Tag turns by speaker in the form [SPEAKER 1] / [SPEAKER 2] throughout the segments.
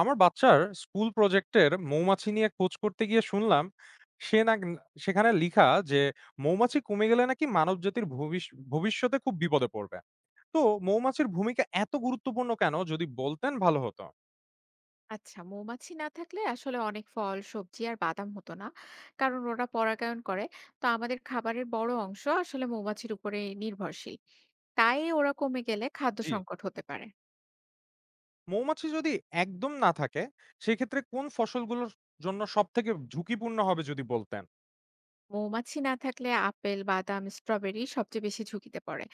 [SPEAKER 1] আমার বাচ্চার স্কুল প্রজেক্টের মৌমাছি নিয়ে খোঁজ করতে গিয়ে শুনলাম, সে না সেখানে লিখা যে মৌমাছি কমে গেলে নাকি মানবজাতির ভবিষ্যতে খুব বিপদে পড়বে। তো মৌমাছির ভূমিকা এত গুরুত্বপূর্ণ কেন যদি বলতেন ভালো হতো।
[SPEAKER 2] আচ্ছা, মৌমাছি না থাকলে আসলে অনেক ফল, সবজি আর বাদাম হতো না। কারণ ওরা পরাগায়ন করে। তো আমাদের খাবারের বড় অংশ আসলে মৌমাছির উপরে নির্ভরশীল। তাই ওরা কমে গেলে খাদ্য
[SPEAKER 1] জি,
[SPEAKER 2] সংকট হতে পারে।
[SPEAKER 1] মৌমাছি যদি একদম না থাকে সেক্ষেত্রে কোন ফসলগুলোর জন্য সব থেকে ঝুঁকিপূর্ণ হবে যদি বলতেন।
[SPEAKER 2] মৌমাছি না থাকলে আপেল, বাদাম, স্ট্রবেরি সবচেয়ে বেশি ঝুঁকিতে পড়ে।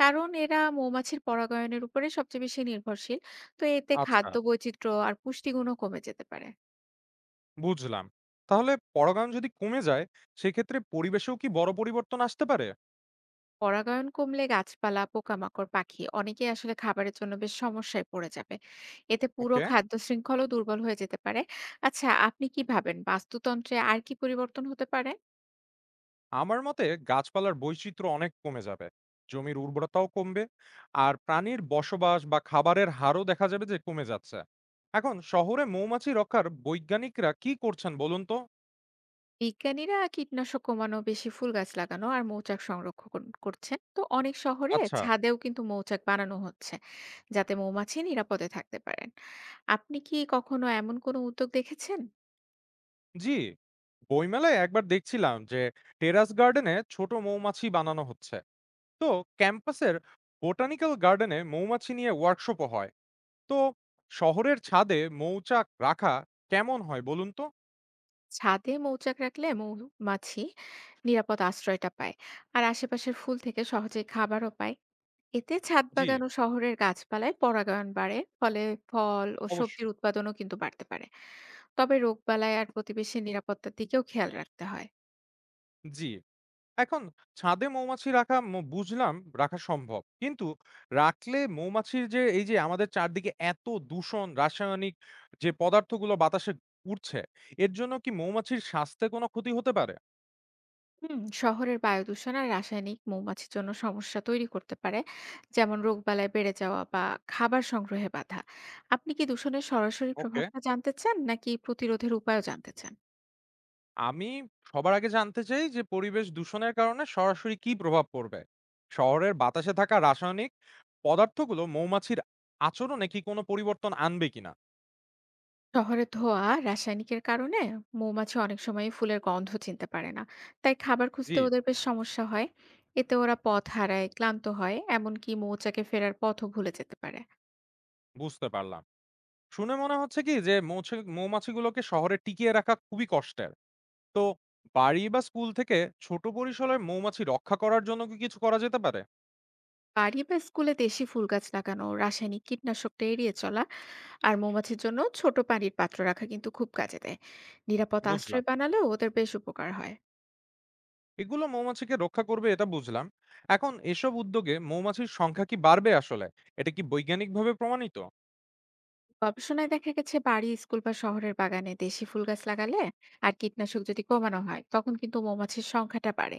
[SPEAKER 2] কারণ এরা মৌমাছির পরাগায়নের উপরে সবচেয়ে বেশি নির্ভরশীল। তো এতে
[SPEAKER 1] আচ্ছা,
[SPEAKER 2] খাদ্য বৈচিত্র্য আর পুষ্টিগুণও কমে যেতে পারে।
[SPEAKER 1] বুঝলাম। তাহলে পরাগায়ন যদি কমে যায় সেক্ষেত্রে পরিবেশেও কি বড় পরিবর্তন আসতে পারে?
[SPEAKER 2] পরাগায়ন কমলে গাছপালা পোকামাকড় পাখি অনেকেই আসলে খাবারের জন্য বেশ সমস্যায় পড়ে যাবে। এতে পুরো
[SPEAKER 1] ওকে।
[SPEAKER 2] খাদ্য শৃঙ্খলও দুর্বল হয়ে যেতে পারে। আচ্ছা, আপনি কি ভাবেন বাস্তুতন্ত্রে আর কি পরিবর্তন হতে পারে?
[SPEAKER 1] আমার মতে গাছপালার বৈচিত্র্য অনেক কমে যাবে, জমির উর্বরতাও কমবে, আর প্রাণীর বসবাস বা খাবারের হারও দেখা যাবে যে কমে যাচ্ছে। এখন শহরে মৌমাছি রক্ষার বৈজ্ঞানিকরা কি করছেন বলুন তো।
[SPEAKER 2] বিজ্ঞানীরা কীটনাশক কমানো, বেশি ফুল গাছ লাগানো আর মৌচাক সংরক্ষণ করছেন। তো অনেক শহরে
[SPEAKER 1] আচ্ছা।
[SPEAKER 2] ছাদেও কিন্তু মৌচাক বানানো হচ্ছে যাতে মৌমাছি নিরাপদে থাকতে পারেন। আপনি কি কখনো এমন কোনো উদ্যোগ দেখেছেন?
[SPEAKER 1] জি, বইমেলায় একবার দেখছিলাম যে টেরাস গার্ডেনে ছোট মৌমাছি বানানো হচ্ছে। তো ক্যাম্পাসের বোটানিক্যাল গার্ডেনে মৌমাছি নিয়ে ওয়ার্কশপও হয়। তো শহরের ছাদে মৌচাক রাখা কেমন হয় বলুন তো।
[SPEAKER 2] ছাদে মৌচাক রাখলে মৌমাছি নিরাপদ আশ্রয়টা পায় আর আশেপাশের ফুল থেকে সহজে খাবারও পায়। এতে ছাদ
[SPEAKER 1] জি।
[SPEAKER 2] বাগান ও শহরের গাছপালায় পরাগায়ন বাড়ে, ফলে ফল ও সবজির
[SPEAKER 1] অবশ্যই।
[SPEAKER 2] উৎপাদনও কিন্তু বাড়তে পারে। তবে রোগবালাই আর প্রতিবেশীর নিরাপত্তার দিকেও খেয়াল রাখতে হয়।
[SPEAKER 1] জি। এখন ছাদে মৌমাছি রাখা বুঝলাম, রাখা সম্ভব। কিন্তু রাখলে মৌমাছির যে এই যে আমাদের চারদিকে এত দূষণ, রাসায়নিক যে পদার্থগুলো বাতাসে উড়ছে, এর জন্য কি মৌমাছির স্বাস্থ্যে কোনো ক্ষতি হতে পারে?
[SPEAKER 2] হুম, শহরের বায়ু দূষণ আর রাসায়নিক মৌমাছির জন্য সমস্যা তৈরি করতে পারে, যেমন রোগবালাই বেড়ে যাওয়া বা খাবার সংগ্রহে বাধা। আপনি কি দূষণের সরাসরি
[SPEAKER 1] ওকে,
[SPEAKER 2] প্রভাবটা জানতে চান নাকি প্রতিরোধের উপায়ও জানতে চান?
[SPEAKER 1] আমি সবার আগে জানতে চাই যে পরিবেশ দূষণের কারণে সরাসরি কি প্রভাব পড়বে? শহরের বাতাসে থাকা রাসায়নিক পদার্থগুলো মৌমাছির আচরণে কি কোনো পরিবর্তন আনবে কিনা?
[SPEAKER 2] শহরে ধোয়া, রাসায়নিকের কারণে মৌমাছি অনেক সময় ফুলের গন্ধ চিনতে পারে না। তাই খাবার
[SPEAKER 1] জি,
[SPEAKER 2] খুঁজতে ওদের বেশ সমস্যা হয়। এতে ওরা পথ হারায়, ক্লান্ত হয়, এমনকি মৌচাকে ফেরার পথও ভুলে যেতে পারে।
[SPEAKER 1] বুঝতে পারলাম। শুনে মনে হচ্ছে কি যে মৌমাছিগুলোকে শহরে টিকিয়ে রাখা খুবই কষ্টের। তো বাড়ি বা স্কুল থেকে ছোট পরিসরে মৌমাছি রক্ষা করার জন্য কি কিছু করা যেতে পারে?
[SPEAKER 2] বাড়ি বা স্কুলে দেশি ফুল গাছ লাগানো, রাসায়নিক কীটনাশকটা এড়িয়ে চলা আর মৌমাছির জন্য ছোট পানির পাত্র রাখা কিন্তু খুব কাজে দেয়। নিরাপদ আশ্রয়
[SPEAKER 1] বুঝলাম।
[SPEAKER 2] বানালে ওদের বেশ উপকার হয়।
[SPEAKER 1] এগুলো মৌমাছিকে রক্ষা করবে এটা বুঝলাম। এখন এসব উদ্যোগে মৌমাছির সংখ্যা কি বাড়বে আসলে? এটা কি বৈজ্ঞানিকভাবে প্রমাণিত?
[SPEAKER 2] গবেষণায় দেখা গেছে, বাড়ি, স্কুল বা শহরের বাগানে দেশি ফুল গাছ লাগালে আর কীটনাশক যদি কমানো হয়, তখন কিন্তু মৌমাছির সংখ্যাটা বাড়ে।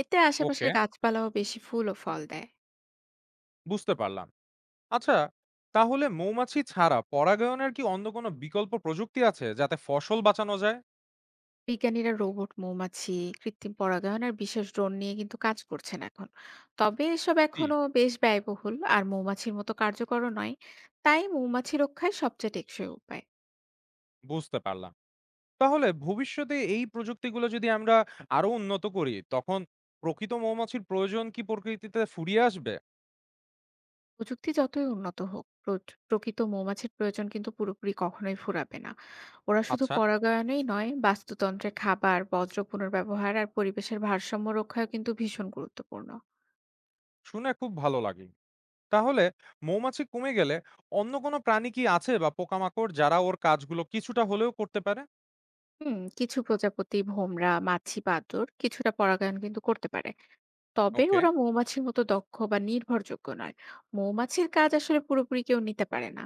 [SPEAKER 2] এতে
[SPEAKER 1] ওকে,
[SPEAKER 2] আশেপাশের গাছপালাও বেশি ফুল ও ফল দেয়।
[SPEAKER 1] বুঝতে পারলাম। আচ্ছা, তাহলে মৌমাছি ছাড়া পরাগায়নের কি অন্য কোনো বিকল্প প্রযুক্তি আছে যাতে ফসল বাঁচানো যায়?
[SPEAKER 2] বিজ্ঞানীরা রোবট মৌমাছি, কৃত্রিম পরাগায়ন আর বিশেষ ড্রোন নিয়ে কিন্তু কাজ করছেন এখন। তবে এসব
[SPEAKER 1] জি,
[SPEAKER 2] এখনো বেশ ব্যয়বহুল আর মৌমাছির মতো কার্যকর নয়। তাই মৌমাছি রক্ষায় সবচেয়ে টেকসই উপায়।
[SPEAKER 1] বুঝতে পারলাম। তাহলে ভবিষ্যতে এই প্রযুক্তিগুলো যদি আমরা আরো উন্নত করি, তখন প্রকৃত মৌমাছির প্রয়োজন কি প্রকৃতিতে ফুরিয়ে আসবে?
[SPEAKER 2] প্রযুক্তি যতই উন্নত হোক, প্রকৃত মৌমাছির প্রয়োজন কিন্তু পুরোপুরি কখনোই ফুরাবে না। ওরা শুধু
[SPEAKER 1] আচ্ছা,
[SPEAKER 2] পরাগায়নেই নয়, বাস্তুতন্ত্রে খাবার, বর্জ্য পুনর্ব্যবহার আর পরিবেশের ভারসাম্য রক্ষায় কিন্তু ভীষণ গুরুত্বপূর্ণ।
[SPEAKER 1] শুনে খুব ভালো লাগে। তাহলে মৌমাছি কমে গেলে অন্য কোনো প্রাণী কি আছে বা পোকামাকড় যারা ওর কাজগুলো কিছুটা হলেও করতে পারে?
[SPEAKER 2] হুম, কিছু প্রজাপতি, ভোমরা, মাছি, বাদুড় কিছুটা পরাগায়ন কিন্তু করতে পারে, তবে
[SPEAKER 1] ওকে,
[SPEAKER 2] ওরা মৌমাছির মতো দক্ষ বা নির্ভরযোগ্য নয়। মৌমাছির কাজ আসলে পুরোপুরি কেউ নিতে পারে না।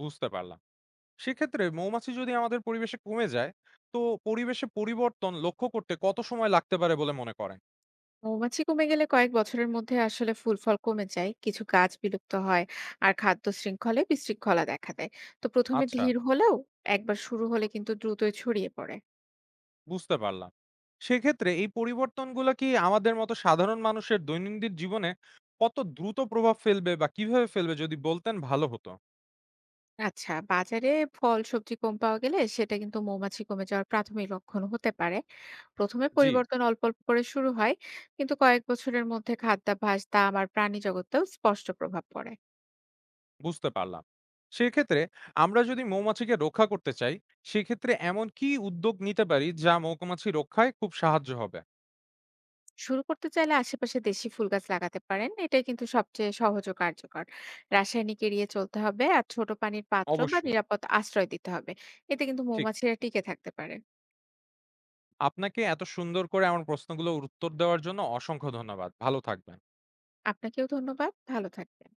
[SPEAKER 1] বুঝতে পারলাম। সেক্ষেত্রে মৌমাছি যদি আমাদের পরিবেশে কমে যায়, তো পরিবেশে পরিবর্তন লক্ষ্য করতে কত সময় লাগতে পারে বলে মনে করেন?
[SPEAKER 2] মৌমাছি কমে গেলে কয়েক বছরের মধ্যে আসলে ফুল ফল কমে যায়, কিছু গাছ বিলুপ্ত হয় আর খাদ্য শৃঙ্খলে বিশৃঙ্খলা দেখা দেয়। তো প্রথমে
[SPEAKER 1] আচ্ছা।
[SPEAKER 2] ধীর হলেও একবার শুরু হলে কিন্তু দ্রুতই ছড়িয়ে পড়ে।
[SPEAKER 1] বুঝতে পারলাম। সেক্ষেত্রে এই পরিবর্তনগুলো কি আমাদের মতো সাধারণ মানুষের দৈনন্দিন জীবনে কত দ্রুত প্রভাব ফেলবে বা কিভাবে ফেলবে যদি বলতেন ভালো হতো।
[SPEAKER 2] আচ্ছা, বাজারে ফল সবজি কম পাওয়া গেলে সেটা কিন্তু মৌমাছি কমে যাওয়ার প্রাথমিক লক্ষণ হতে পারে। প্রথমে
[SPEAKER 1] জি,
[SPEAKER 2] পরিবর্তন অল্প অল্প করে শুরু হয়, কিন্তু কয়েক বছরের মধ্যে খাদ্যাভ্যাস, দাম আর প্রাণী জগতেও স্পষ্ট প্রভাব পড়ে।
[SPEAKER 1] বুঝতে পারলাম। সেক্ষেত্রে আমরা যদি মৌমাছিকে রক্ষা করতে চাই, সেক্ষেত্রে এমন কি উদ্যোগ নিতে পারি যা মৌমাছি রক্ষায় খুব সাহায্য হবে?
[SPEAKER 2] শুরু করতে চাইলে আশেপাশে দেশি ফুল গাছ লাগাতে পারেন, এটাই কিন্তু সবচেয়ে সহজ ও কার্যকর। রাসায়নিক এড়িয়ে চলতে হবে আর ছোট পানির পাত্র বা
[SPEAKER 1] অবশ্যই।
[SPEAKER 2] নিরাপদ আশ্রয় দিতে হবে। এতে কিন্তু
[SPEAKER 1] ঠিক।
[SPEAKER 2] মৌমাছিরা টিকে থাকতে পারে।
[SPEAKER 1] আপনাকে এত সুন্দর করে আমার প্রশ্নগুলোর উত্তর দেওয়ার জন্য অসংখ্য ধন্যবাদ। ভালো থাকবেন।
[SPEAKER 2] আপনাকেও ধন্যবাদ। ভালো থাকবেন।